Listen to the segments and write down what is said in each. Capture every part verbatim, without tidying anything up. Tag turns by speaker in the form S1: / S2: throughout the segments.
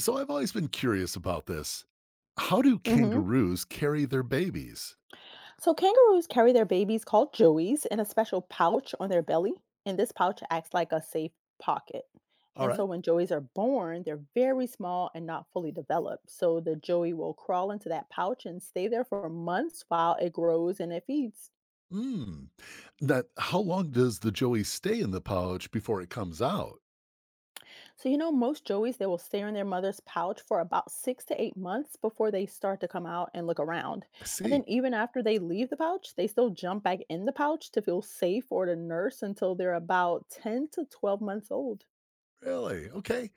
S1: So I've always been curious about this. How do
S2: hmm
S1: kangaroos carry their babies?
S2: So kangaroos carry their babies called joeys in a special pouch on their belly, and this pouch acts like a safe pocket.
S1: All
S2: And so
S1: right.
S2: when joeys are born, they're very small and not fully developed. So the joey will crawl into that pouch and stay there for months while it grows and it feeds.
S1: Hmm. That how long does the joey stay in the pouch before it comes out?
S2: So, you know, most joeys, they will stay in their mother's pouch for about six to eight months before they start to come out and look around.
S1: I
S2: And
S1: see.
S2: then, even after they leave the pouch, they still jump back in the pouch to feel safe or to nurse until they're about ten to twelve months old.
S1: Really? Okay.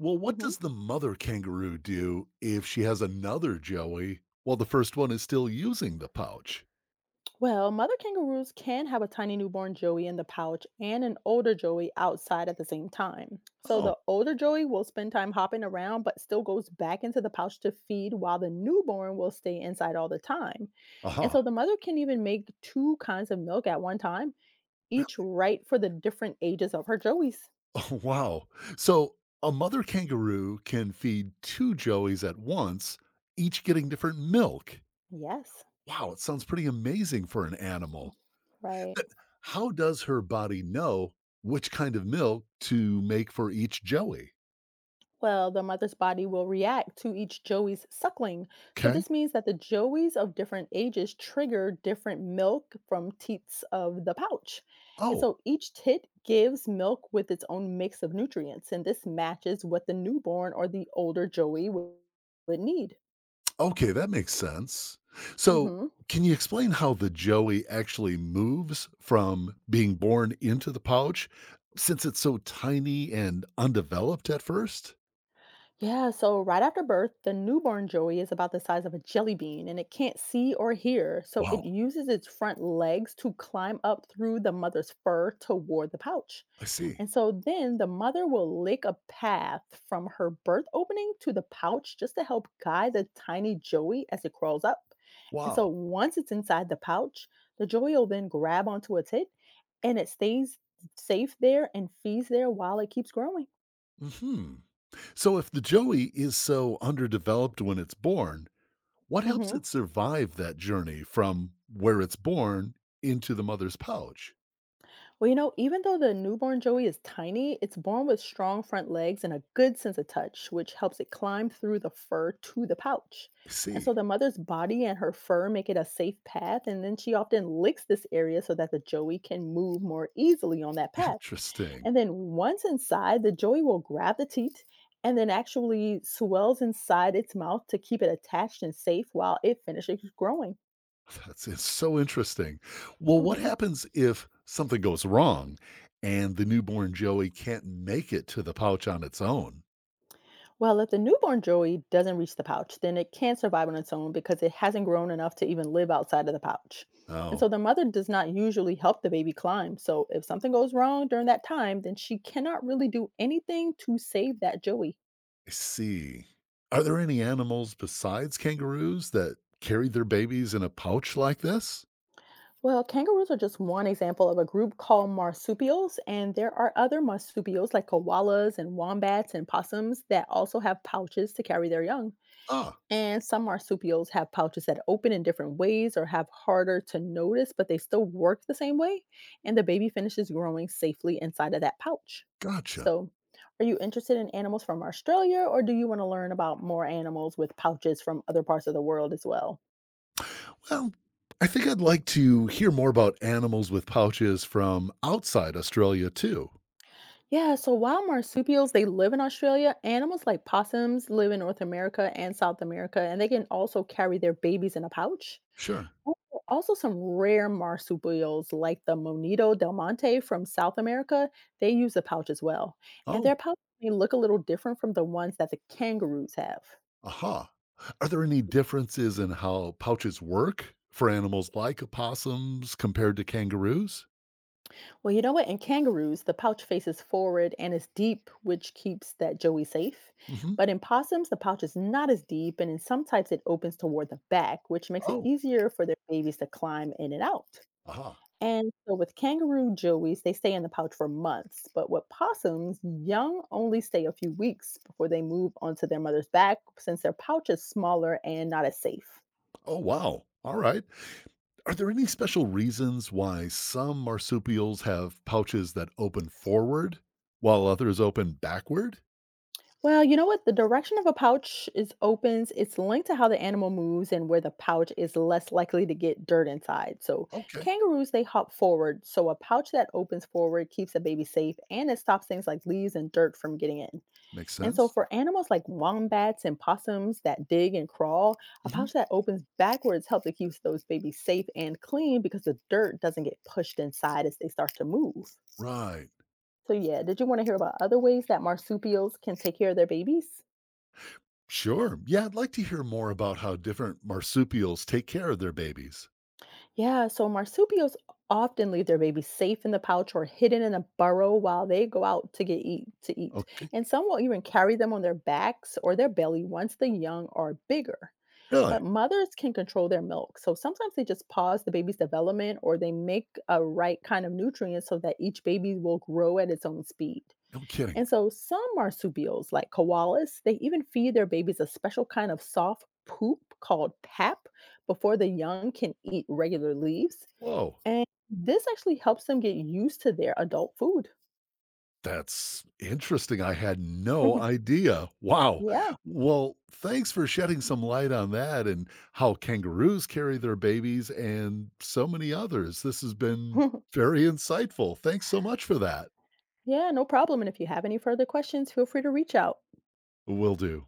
S1: Well, what
S2: Mhm.
S1: does the mother kangaroo do if she has another joey while the first one is still using the pouch?
S2: Well, mother kangaroos can have a tiny newborn joey in the pouch and an older joey outside at the same time. So
S1: Oh,
S2: the older joey will spend time hopping around but still goes back into the pouch to feed while the newborn will stay inside all the time. And
S1: aha.
S2: so the mother can even make two kinds of milk at one time,
S1: Re-
S2: each right for the different ages of her joeys.
S1: Oh, wow. So a mother kangaroo can feed two joeys at once, each getting different milk.
S2: Yes,
S1: Wow, it sounds pretty amazing for an animal.
S2: right.
S1: But how does her body know which kind of milk to make for each joey?
S2: Well, the mother's body will react to each joey's suckling. So,
S1: Okay.
S2: this means that the joeys of different ages trigger different milk from teats of the pouch. And
S1: Oh,
S2: so, each tit gives milk with its own mix of nutrients, and this matches what the newborn or the older joey would, would need.
S1: okay, that makes sense. So,
S2: hmm
S1: can you explain how the joey actually moves from being born into the pouch since it's so tiny and undeveloped at first?
S2: Yeah, so right after birth, the newborn joey is about the size of a jelly bean and it can't see or hear. So,
S1: Wow,
S2: it uses its front legs to climb up through the mother's fur toward the pouch.
S1: I see.
S2: And so then the mother will lick a path from her birth opening to the pouch just to help guide the tiny Joey as it crawls up. And
S1: Wow.
S2: so once it's inside the pouch, the Joey will then grab onto its hip and it stays safe there and feeds there while it keeps growing.
S1: Mhm. So if the joey is so underdeveloped when it's born, what helps
S2: Mhm.
S1: it survive that journey from where it's born into the mother's pouch?
S2: Well, you know, even though the newborn joey is tiny, it's born with strong front legs and a good sense of touch, which helps it climb through the fur to the pouch.
S1: I
S2: And so
S1: see.
S2: the mother's body and her fur make it a safe path, and then she often licks this area so that the joey can move more easily on that path.
S1: Interesting.
S2: And then once inside, the joey will grab the teat and then actually swells inside its mouth to keep it attached and safe while it finishes growing.
S1: That's it's so interesting. Well, what
S2: Mhm.
S1: happens if something goes wrong and the newborn Joey can't make it to the pouch on its own?
S2: Well, if the newborn joey doesn't reach the pouch, then it can't survive on its own because it hasn't grown enough to even live outside of the pouch. And so
S1: Oh,
S2: the mother does not usually help the baby climb. So if something goes wrong during that time, then she cannot really do anything to save that joey.
S1: I see. Are there any animals besides kangaroos that carry their babies in a pouch like this?
S2: Well, kangaroos are just one example of a group called marsupials, and there are other marsupials like koalas and wombats and possums that also have pouches to carry their young.
S1: Ah,
S2: And some marsupials have pouches that open in different ways or have harder to notice, but they still work the same way. And the baby finishes growing safely inside of that pouch.
S1: gotcha.
S2: So, are you interested in animals from Australia or do you want to learn about more animals with pouches from other parts of the world as well?
S1: Well, I think I'd like to hear more about animals with pouches from outside Australia too.
S2: Yeah, so while marsupials they live in Australia, animals like possums live in North America and South America and they can also carry their babies in a pouch.
S1: Sure.
S2: Also also some rare marsupials like the Monito del Monte from South America, they use a pouch as well. And their
S1: Oh,
S2: pouches may look a little different from the ones that the kangaroos have.
S1: aha. Are there any differences in how pouches work for animals like opossums compared to kangaroos?
S2: Well, you know what? In kangaroos, the pouch faces forward and is deep, which keeps that joey safe.
S1: Hmm.
S2: But in possums, the pouch is not as deep, and in some types, it opens toward the back, which makes it
S1: Oh,
S2: easier for their babies to climb in and out.
S1: aha.
S2: And so with kangaroo joeys, they stay in the pouch for months, but with possums, young only stay a few weeks before they move onto their mother's back since their pouch is smaller and not as safe.
S1: Oh, wow. All right. Are there any special reasons why some marsupials have pouches that open forward while others open backward?
S2: Well, you know what? The direction of a pouch is opens, it's linked to how the animal moves and where the pouch is less likely to get dirt inside. So
S1: Okay,
S2: kangaroos they hop forward, so a pouch that opens forward keeps the baby safe and it stops things like leaves and dirt from getting in.
S1: makes
S2: And so
S1: sense.
S2: for animals like wombats and possums that dig and crawl, a
S1: Hmm.
S2: pouch that opens backwards helps to keep those babies safe and clean because the dirt doesn't get pushed inside as they start to move.
S1: Right.
S2: So yeah, did you want to hear about other ways that marsupials can take care of their babies?
S1: Sure. Yeah, I'd like to hear more about how different marsupials take care of their babies.
S2: Yeah, so marsupials often leave their babies safe in the pouch or hidden in a burrow while they go out to get eat to eat.
S1: Okay.
S2: And some will even carry them on their backs or their belly once the young are bigger.
S1: Really?
S2: But mothers can control their milk. So sometimes they just pause the baby's development or they make a right kind of nutrients so that each baby will grow at its own speed.
S1: No kidding.
S2: And so some marsupials, like koalas, they even feed their babies a special kind of soft poop called pap before the young can eat regular leaves.
S1: Whoa.
S2: And this actually helps them get used to their adult food.
S1: That's interesting. I had no idea. Wow.
S2: Yeah.
S1: Well, thanks for shedding some light on that and how kangaroos carry their babies and so many others. This has been very insightful. Thanks so much for that.
S2: Yeah, no problem. And if you have any further questions, feel free to reach out.
S1: Will do.